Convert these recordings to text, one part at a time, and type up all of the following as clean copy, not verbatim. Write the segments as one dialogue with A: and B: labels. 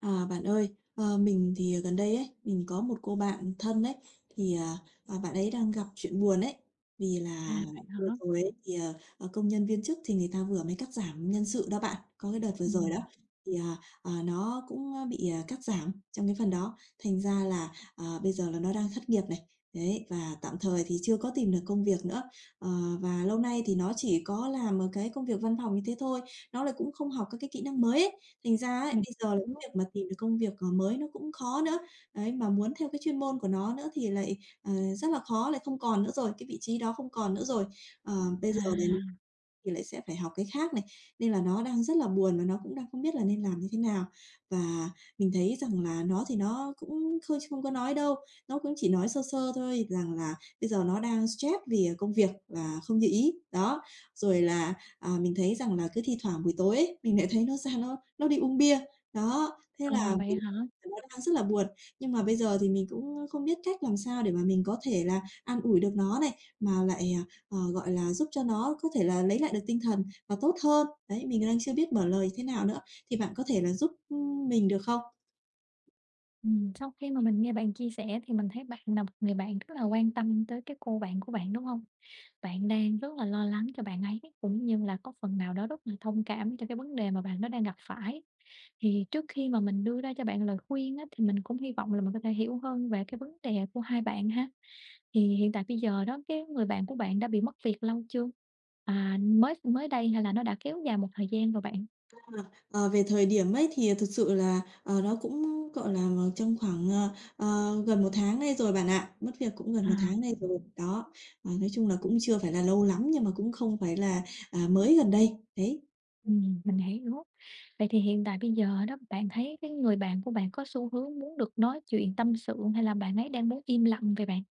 A: À, bạn ơi, mình thì gần đây ấy, mình có một cô bạn thân ấy, thì, à, bạn ấy đang gặp chuyện buồn ấy. Vì
B: À,
A: là
B: vậy
A: vừa
B: hả?
A: rồi ấy, công nhân viên chức thì người ta vừa mới cắt giảm nhân sự đó bạn. Có cái đợt vừa rồi đó,
B: Ừm,
A: thì, à, nó cũng, bị, cắt giảm trong cái phần đó, thành ra là, bây giờ là nó đang thất nghiệp này. Đấy, và tạm thời thì chưa có tìm được công việc nữa. Ờ, và lâu nay thì nó chỉ có làm ở cái công việc văn phòng như thế thôi, nó lại cũng không học các cái kỹ năng mới ấy. Thành ra ấy,
B: mình
A: bây giờ là
B: hiểu.
A: cái việc mà tìm được công việc, mới nó cũng khó nữa. Đấy, mà muốn theo cái chuyên môn của nó nữa thì lại, rất là khó, lại không còn nữa rồi, cái vị trí đó không còn nữa rồi. Ờ, Bây
B: À,
A: giờ này thì lại sẽ phải học cái khác này, nên là nó đang rất là buồn và nó cũng đang không biết là nên làm như thế nào. Và mình thấy rằng là nó thì nó cũng khơi không có nói đâu, nó cũng chỉ nói sơ sơ thôi rằng là bây giờ nó đang stress vì, công việc và không như ý. Đó, rồi là, mình thấy rằng là cứ thi thoảng buổi tối ấy, mình lại thấy nó ra nó đi uống bia. Đó, thế
B: à,
A: là
B: vậy
A: mình,
B: hả?
A: nó đang rất là buồn, nhưng mà bây giờ thì mình cũng không biết cách làm sao để mà mình có thể là an ủi được nó này, mà lại, gọi là, giúp cho nó có thể là lấy lại được tinh thần và tốt hơn. Đấy, mình đang chưa biết mở lời thế nào nữa, thì bạn có thể là giúp, mình được không?
B: Sau khi mà mình nghe bạn chia sẻ thì mình thấy bạn là một người bạn rất là quan tâm tới cái cô bạn của bạn, đúng không? Bạn đang rất là lo lắng cho bạn ấy, cũng như là có phần nào đó rất là thông cảm cho cái vấn đề mà bạn nó đang gặp phải. Thì trước khi mà mình đưa ra cho bạn lời khuyên á, thì mình cũng hy vọng là mình có thể hiểu hơn về cái vấn đề của hai bạn ha. Thì hiện tại bây giờ đó, cái người bạn của bạn đã bị mất việc lâu chưa? À, mới mới đây hay là nó đã kéo dài một thời gian rồi bạn?
A: Ờ, Về thời điểm ấy thì thực sự là, nó cũng, gọi là, trong khoảng, gần một tháng nay rồi bạn ạ, mất việc cũng gần
B: À,
A: một tháng nay rồi. Đó, nói chung là cũng chưa phải là lâu lắm nhưng mà cũng không phải là, mới gần đây, đấy.
B: mình hiểu. Vậy thì hiện tại bây giờ đó, bạn thấy cái người bạn của bạn có xu hướng muốn được nói chuyện tâm sự hay là bạn ấy đang muốn im lặng về bạn?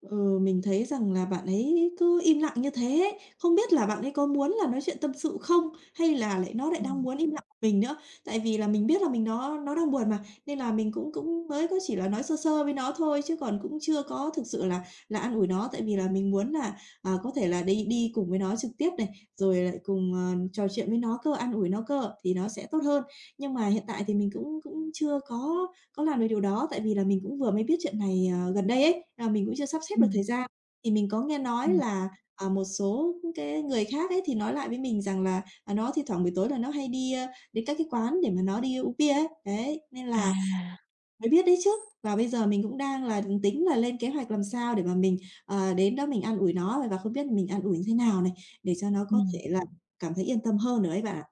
A: Ừ, mình thấy rằng là bạn ấy cứ im lặng như thế ấy, không biết là bạn ấy có muốn là nói chuyện tâm sự không? Hay là lại nó lại đang
B: Ừm,
A: muốn im lặng một mình nữa? Tại vì là mình biết là mình nó đang buồn mà, nên là mình cũng cũng mới có chỉ là nói sơ sơ với nó thôi chứ còn cũng chưa có thực sự là an ủi nó tại vì là mình muốn là, có thể là đi đi cùng với nó trực tiếp này, rồi lại cùng, trò chuyện với nó cơ, an ủi nó cơ thì nó sẽ tốt hơn. Nhưng mà hiện tại thì mình cũng cũng chưa có làm được điều đó, tại vì là mình cũng vừa mới biết chuyện này, gần đây ấy, mình cũng chưa sắp xếp được thời
B: ừm,
A: gian. Thì mình có nghe nói
B: ừm.
A: là, một số cái người khác ấy thì nói lại với mình rằng là, nó thi thoảng buổi tối là nó hay đi, đến các cái quán để mà nó đi uống bia ấy. Đấy, nên là
B: À,
A: mới biết đấy chứ. Và bây giờ mình cũng đang là tính là lên kế hoạch làm sao để mà mình, đến đó mình an ủi nó, và không biết mình an ủi như thế nào này, để cho nó có
B: ừm,
A: thể là cảm thấy yên tâm hơn nữa ấy bạn ạ.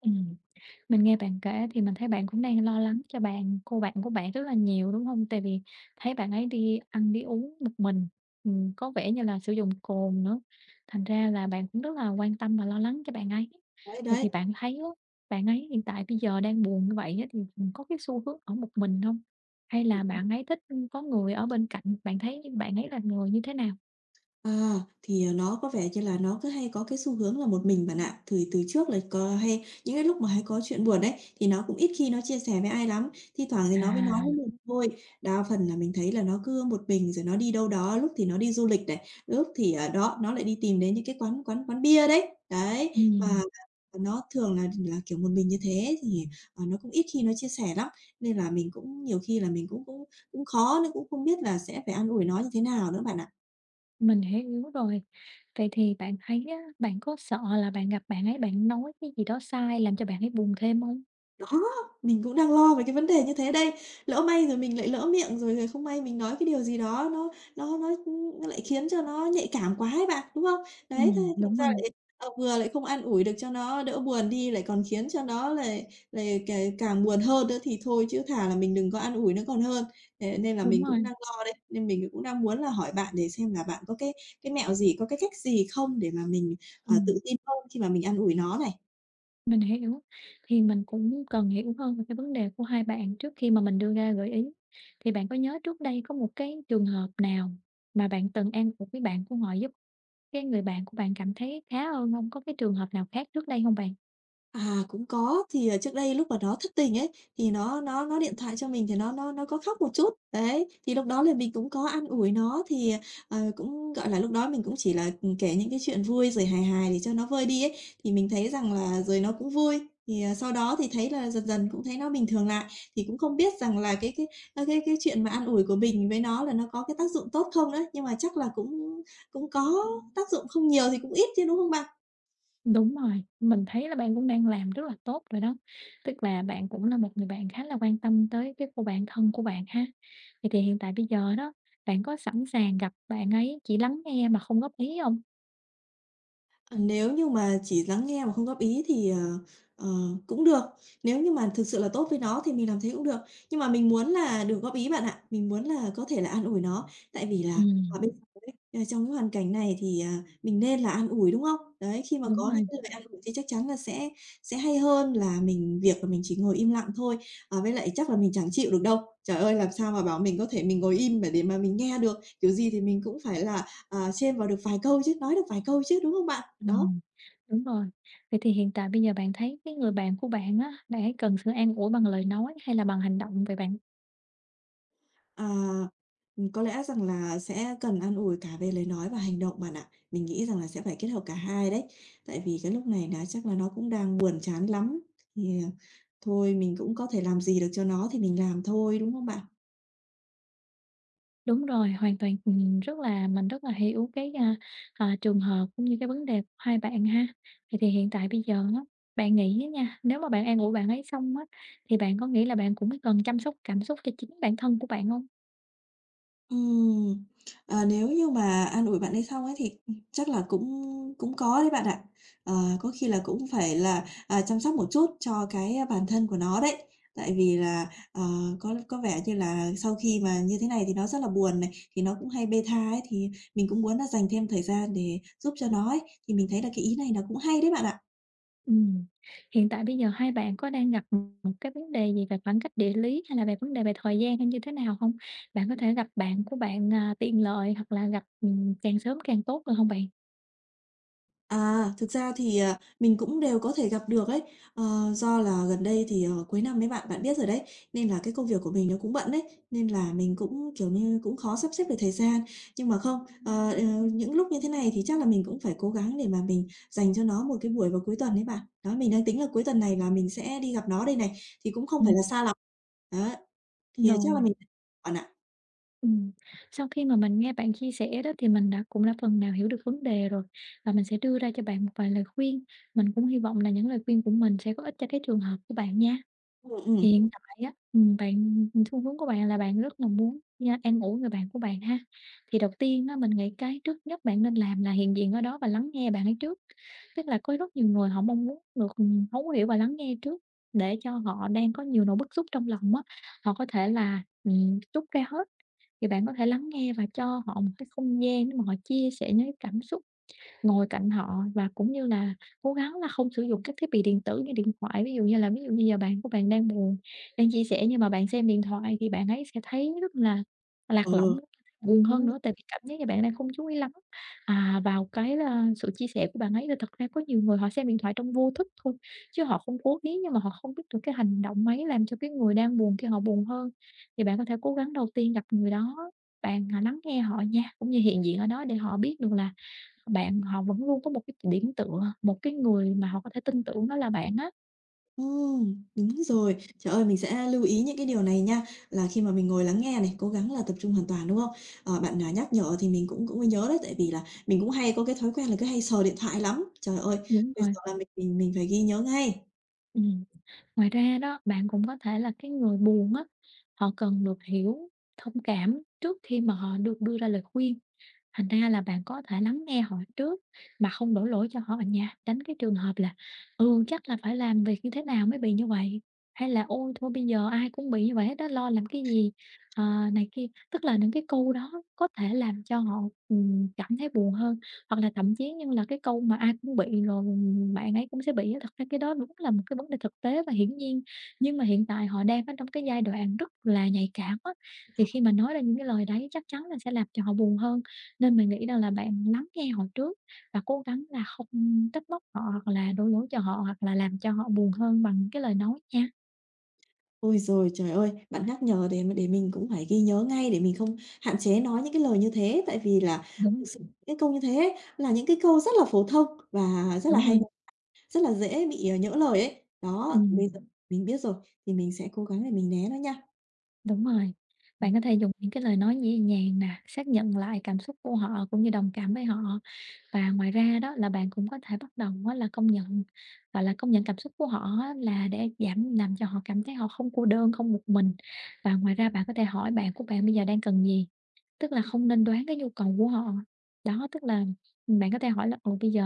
B: ừm. Mình nghe bạn kể thì mình thấy bạn cũng đang lo lắng cho bạn cô bạn của bạn rất là nhiều, đúng không? Tại vì thấy bạn ấy đi ăn đi uống một mình, có vẻ như là sử dụng cồn nữa, thành ra là bạn cũng rất là quan tâm và lo lắng cho bạn ấy.
A: Đấy,
B: Vậy
A: đấy.
B: thì bạn thấy á, bạn ấy hiện tại bây giờ đang buồn như vậy á thì, có cái xu hướng ở một mình không? Hay là bạn ấy thích, có người ở bên cạnh? Bạn thấy bạn ấy là người như thế nào?
A: À, nó có vẻ như là nó cứ hay có cái xu hướng là một mình bạn ạ. Từ từ trước là có hay những cái lúc mà hay có chuyện buồn đấy thì nó cũng ít khi nó chia sẻ với ai lắm, thi thoảng thì
B: À.
A: nó mới nói với mình thôi. Đa phần là mình thấy là nó cứ một mình rồi nó đi đâu đó, lúc thì nó đi du lịch này, lúc thì, ở đó, nó lại đi tìm đến những cái quán quán quán bia đấy. Đấy,
B: Ừm.
A: và nó thường là kiểu, một mình như thế thì, nó cũng ít khi nó chia sẻ lắm, nên là mình cũng nhiều khi là mình cũng cũng cũng khó, nó cũng không biết là sẽ phải an ủi nó như thế nào nữa bạn ạ.
B: Mình hiểu rồi. Vậy thì bạn thấy á, bạn có sợ là bạn gặp bạn ấy, bạn nói cái gì đó sai làm cho bạn ấy buồn thêm không?
A: Đó, mình cũng đang lo về cái vấn đề như thế đây. Lỡ may rồi mình lại lỡ miệng rồi rồi không may mình nói cái điều gì đó nó nó, nó lại khiến cho nó nhạy cảm quá ấy bạn, đúng không? Đấy, thế thành
B: Đúng
A: ra
B: rồi,
A: lại vừa lại không an ủi được cho nó đỡ buồn đi, lại còn khiến cho nó lại lại càng buồn hơn nữa thì thôi chứ thà là mình đừng có an ủi nó còn hơn. Thế nên là
B: đúng
A: mình cũng
B: rồi,
A: đang lo đây, nên mình cũng đang muốn là hỏi bạn để xem là bạn có cái mẹo gì, có cái cách gì không để mà mình,
B: ừm,
A: tự tin hơn khi mà mình an ủi nó này?
B: mình hiểu. Thì mình cũng cần hiểu hơn về cái vấn đề của hai bạn trước khi mà mình đưa ra gợi ý. Thì bạn có nhớ trước đây có một cái trường hợp nào mà bạn từng an ủi với bạn của họ giúp cái người bạn của bạn cảm thấy khá hơn không? Có cái trường hợp nào khác trước đây không bạn?
A: Cũng có, thì, trước đây lúc mà nó thất tình ấy, thì nó điện thoại cho mình thì nó có khóc một chút, đấy, thì lúc đó là mình cũng có an ủi nó thì, cũng, gọi là, lúc đó mình cũng chỉ là, kể những cái chuyện vui rồi hài hài để cho nó vơi đi ấy, thì mình thấy rằng là rồi nó cũng vui. Thì, sau đó thì thấy là dần dần cũng thấy nó bình thường lại, thì cũng không biết rằng là cái, ơ, cái chuyện mà an ủi của mình với nó là nó có cái tác dụng tốt không nữa, nhưng mà chắc là cũng cũng có tác dụng không nhiều thì cũng ít chứ, đúng không bạn?
B: Đúng rồi, mình thấy là bạn cũng đang làm rất là tốt rồi đó. Tức là bạn cũng là một người bạn khá là quan tâm tới cái cô bạn thân của bạn ha. Vậy thì hiện tại bây giờ đó, bạn có sẵn sàng gặp bạn ấy chỉ lắng nghe mà không góp ý không?
A: Nếu như mà chỉ lắng nghe mà không góp ý thì, ờ, cũng được, nếu như mà thực sự là tốt với nó thì mình làm thế cũng được. Nhưng mà mình muốn là được góp ý bạn ạ, mình muốn là có thể là an ủi nó, tại vì là,
B: Ừm,
A: ở bên ấy, trong cái hoàn cảnh này thì, mình nên là an ủi, đúng không? Đấy, khi mà
B: đúng
A: có những
B: rồi,
A: cái lời an ủi thì chắc chắn là sẽ hay hơn là mình việc là mình chỉ ngồi im lặng thôi, với lại chắc là mình chẳng chịu được đâu. Trời ơi, làm sao mà bảo mình có thể mình ngồi im mà để mà mình nghe được, kiểu gì thì mình cũng phải là, share vào được vài câu chứ, nói được vài câu chứ, đúng không bạn? Đó,
B: ừm, đúng rồi. Vậy thì hiện tại bây giờ bạn thấy cái người bạn của bạn á, bạn ấy cần sự an ủi bằng lời nói hay là bằng hành động vậy bạn?
A: à, có lẽ rằng là sẽ cần an ủi cả về lời nói và hành động bạn ạ. Mình nghĩ rằng là sẽ phải kết hợp cả hai đấy, tại vì cái lúc này là chắc là nó cũng đang buồn chán lắm, thì, thôi mình cũng có thể làm gì được cho nó thì mình làm thôi, đúng không bạn?
B: Đúng rồi, hoàn toàn, rất là rất là hiểu trường hợp cũng như cái vấn đề của hai bạn ha. Vậy thì hiện tại bây giờ á, bạn nghĩ á nha, nếu mà bạn an ủi bạn ấy xong á, thì bạn có nghĩ là bạn cũng cần chăm sóc cảm xúc cho chính bản thân của bạn không?
A: Ừm, nếu như mà an ủi bạn hay không ấy thì, ừ, chắc là cũng cũng có đấy bạn ạ. Ờ, có khi là cũng phải là, chăm sóc một chút cho cái, bản thân của nó đấy. Tại vì là, ờ, có vẻ như là sau khi mà như thế này thì nó rất là buồn này, thì nó cũng hay bê tha ấy, thì mình cũng muốn là dành thêm thời gian để giúp cho nó ấy, thì mình thấy là cái ý này nó cũng hay đấy bạn ạ.
B: Ừm, hiện tại bây giờ hai bạn có đang gặp một cái vấn đề gì về khoảng cách địa lý hay là về vấn đề về thời gian hay như thế nào không? Bạn có thể gặp bạn của bạn, tiện lợi hoặc là gặp, càng sớm càng tốt được không bạn?
A: Thực ra thì, mình cũng đều có thể gặp được ấy. Ờ, do là gần đây thì, cuối năm ấy bạn, bạn biết rồi đấy, nên là cái công việc của mình nó cũng bận đấy, nên là mình cũng, kiểu như, cũng khó sắp xếp được thời gian. Nhưng mà không, ờ, ờ, những lúc như thế này thì chắc là mình cũng phải cố gắng để mà mình dành cho nó một cái buổi vào cuối tuần đấy bạn. Đó, mình đang tính là cuối tuần này là mình sẽ đi gặp nó đây này, thì cũng không
B: Ừm,
A: phải là xa lắm. Đó, thì chắc là
B: rồi.
A: mình bạn ạ.
B: Ừm, sau khi mà mình nghe bạn chia sẻ đó thì mình cũng đã phần nào hiểu được vấn đề rồi, và mình sẽ đưa ra cho bạn một vài lời khuyên. Mình cũng hy vọng là những lời khuyên của mình sẽ có ích cho cái trường hợp của bạn nha.
A: Ừm, ừm,
B: Hiện tại á, bạn xu hướng của bạn là bạn rất là muốn nha an ủi người bạn của bạn ha. Thì đầu tiên á, mình nghĩ cái trước nhất bạn nên làm là hiện diện ở đó và lắng nghe bạn ấy trước. Tức là có rất nhiều người họ mong muốn được, thấu hiểu và lắng nghe trước để cho họ đang có nhiều nỗi bức xúc trong lòng á, họ có thể là, trút ra hết thì bạn có thể lắng nghe và cho họ một cái không gian để mà họ chia sẻ những cái cảm xúc ngồi cạnh họ và cũng như là cố gắng là không sử dụng các thiết bị điện tử như điện thoại. Ví dụ như giờ bạn của bạn đang buồn, đang chia sẻ nhưng mà bạn xem điện thoại thì bạn ấy sẽ thấy rất là lạc lõng, buồn
A: ờ.
B: hơn nữa tại vì cảm giác như bạn đang không chú ý lắm, vào sự chia sẻ của bạn ấy. Là thật ra có nhiều người họ xem điện thoại trong vô thức thôi, chứ họ không cố ý nhưng mà họ không biết được cái hành động ấy làm cho cái người đang buồn kia họ buồn hơn. Thì bạn có thể cố gắng đầu tiên gặp người đó, bạn, lắng nghe họ nha, cũng như hiện diện ở đó để họ biết được là bạn họ vẫn luôn có một cái điểm tựa, một cái người mà họ có thể tin tưởng đó là bạn á.
A: Đúng rồi. Trời ơi, mình sẽ lưu ý những cái điều này nha, là khi mà mình ngồi lắng nghe này, cố gắng là tập trung hoàn toàn, đúng không? Ờ, bạn, nhắc nhở thì mình cũng cũng mới nhớ đấy, tại vì là mình cũng hay có cái thói quen là cứ hay sờ điện thoại lắm. Trời ơi,
B: Đúng
A: bây giờ
B: rồi,
A: là mình phải ghi nhớ ngay.
B: ừm. Ngoài ra đó, bạn cũng có thể là cái người buồn á, họ cần được hiểu, thông cảm trước khi mà họ được đưa ra lời khuyên. Thành ra là bạn có thể lắng nghe họ trước mà không đổ lỗi cho họ nha, tránh cái trường hợp là "Ừ, chắc là phải làm việc như thế nào mới bị như vậy", hay là "Ôi, thôi bây giờ ai cũng bị như vậy hết á, lo làm cái gì", ờ, này kia. Tức là những cái câu đó có thể làm cho họ, cảm thấy buồn hơn, hoặc là thậm chí như là cái câu mà "Ai cũng bị rồi bạn ấy cũng sẽ bị" á, thật ra cái đó đúng là một cái vấn đề thực tế và hiển nhiên. Nhưng mà hiện tại họ đang ở trong cái giai đoạn rất là nhạy cảm á, thì khi mà nói ra những cái lời đấy chắc chắn là sẽ làm cho họ buồn hơn. Nên mình nghĩ rằng là bạn lắng nghe họ trước và cố gắng là không trách móc họ hoặc là đổ lỗi cho họ, hoặc là làm cho họ buồn hơn bằng cái lời nói nha.
A: Ôi rồi trời ơi, bạn nhắc nhở để mình cũng phải ghi nhớ ngay để mình không hạn chế nói những cái lời như thế, tại vì là
B: Đúng,
A: thực sự những cái câu như thế ấy là những cái câu rất là phổ thông và rất là
B: đúng
A: hay.
B: rồi.
A: Rất là dễ bị, nhỡ lời ấy. Đó, thì
B: Ừm.
A: bây giờ mình biết rồi, thì mình sẽ cố gắng để mình né nó nha.
B: Đúng rồi. Bạn có thể dùng những cái lời nói nhẹ nhàng nè, xác nhận lại cảm xúc của họ cũng như đồng cảm với họ. Và ngoài ra đó là bạn cũng có thể bắt đầu á là công nhận, gọi là, công nhận cảm xúc của họ á là để giảm làm cho họ cảm thấy họ không cô đơn, không một mình. Và ngoài ra bạn có thể hỏi bạn của bạn bây giờ đang cần gì, tức là không nên đoán cái nhu cầu của họ. Đó, tức là, bạn có thể hỏi là ồ bây giờ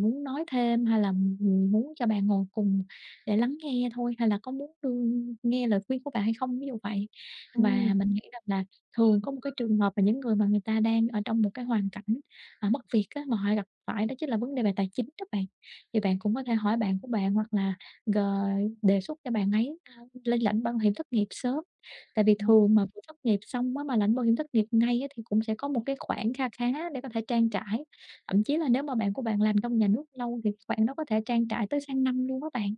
B: muốn nói thêm hay là, ừ, muốn cho bạn ngồi cùng để lắng nghe thôi, hay là có muốn đương nghe lời khuyên của bạn hay không, ví dụ vậy.
A: Ừm.
B: Và mình nghĩ rằng là thường có một cái trường hợp mà những người mà người ta đang ở trong một cái hoàn cảnh, mất việc á, mà họ gặp phải đó chính là vấn đề về tài chính đó bạn. Thì bạn cũng có thể hỏi bạn của bạn hoặc là g đề xuất cho bạn ấy, lên lãnh bảo hiểm thất nghiệp sớm. Tại vì thường mà vừa thất nghiệp xong á, mà lãnh bảo hiểm thất nghiệp ngay á, thì cũng sẽ có một cái khoản kha khá để có thể trang trải. Thậm chí là nếu mà bạn của bạn làm trong nhà nước lâu thì khoản đó có thể trang trải tới sang năm luôn á bạn.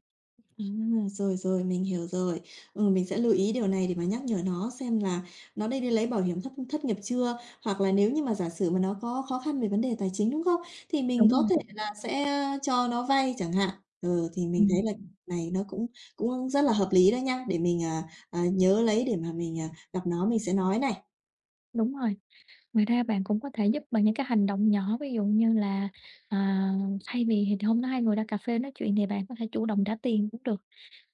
A: Rồi, rồi, mình hiểu rồi. Ừ, mình sẽ lưu ý điều này để mà nhắc nhở nó xem là nó đã đi lấy bảo hiểm thất thất nghiệp chưa, hoặc là nếu như mà giả sử mà nó có khó khăn về vấn đề tài chính, đúng không? Thì mình
B: Đúng
A: có
B: rồi,
A: thể là sẽ cho nó vay chẳng hạn. Ừ, thì mình
B: ừm,
A: thấy là này nó cũng cũng rất là hợp lý đó nha, để mình, nhớ lấy để mà mình, gặp nó mình sẽ nói này.
B: đúng rồi. Ngoài ra bạn cũng có thể giúp bằng những cái hành động nhỏ, ví dụ như là, à, thay vì thì hôm đó hai người ra cà phê nói chuyện thì bạn có thể chủ động trả tiền cũng được,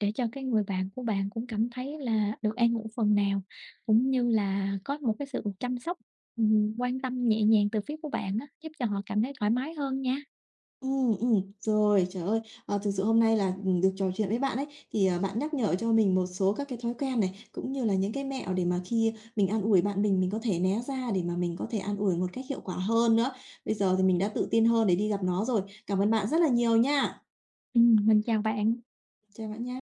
B: để cho cái người bạn của bạn cũng cảm thấy là được an ủi phần nào, cũng như là có một cái sự chăm sóc, quan tâm nhẹ nhàng từ phía của bạn á, giúp cho họ cảm thấy thoải mái hơn nha.
A: ừ Rồi, trời ơi, thực sự hôm nay là, được trò chuyện với bạn ấy, thì, bạn nhắc nhở cho mình một số các cái thói quen này, cũng như là những cái mẹo để mà khi mình an ủi bạn mình có thể né ra để mà mình có thể an ủi một cách hiệu quả hơn nữa. Bây giờ thì mình đã tự tin hơn để đi gặp nó rồi. Cảm ơn bạn rất là nhiều nha.
B: Mình chào bạn.
A: Chào bạn nha.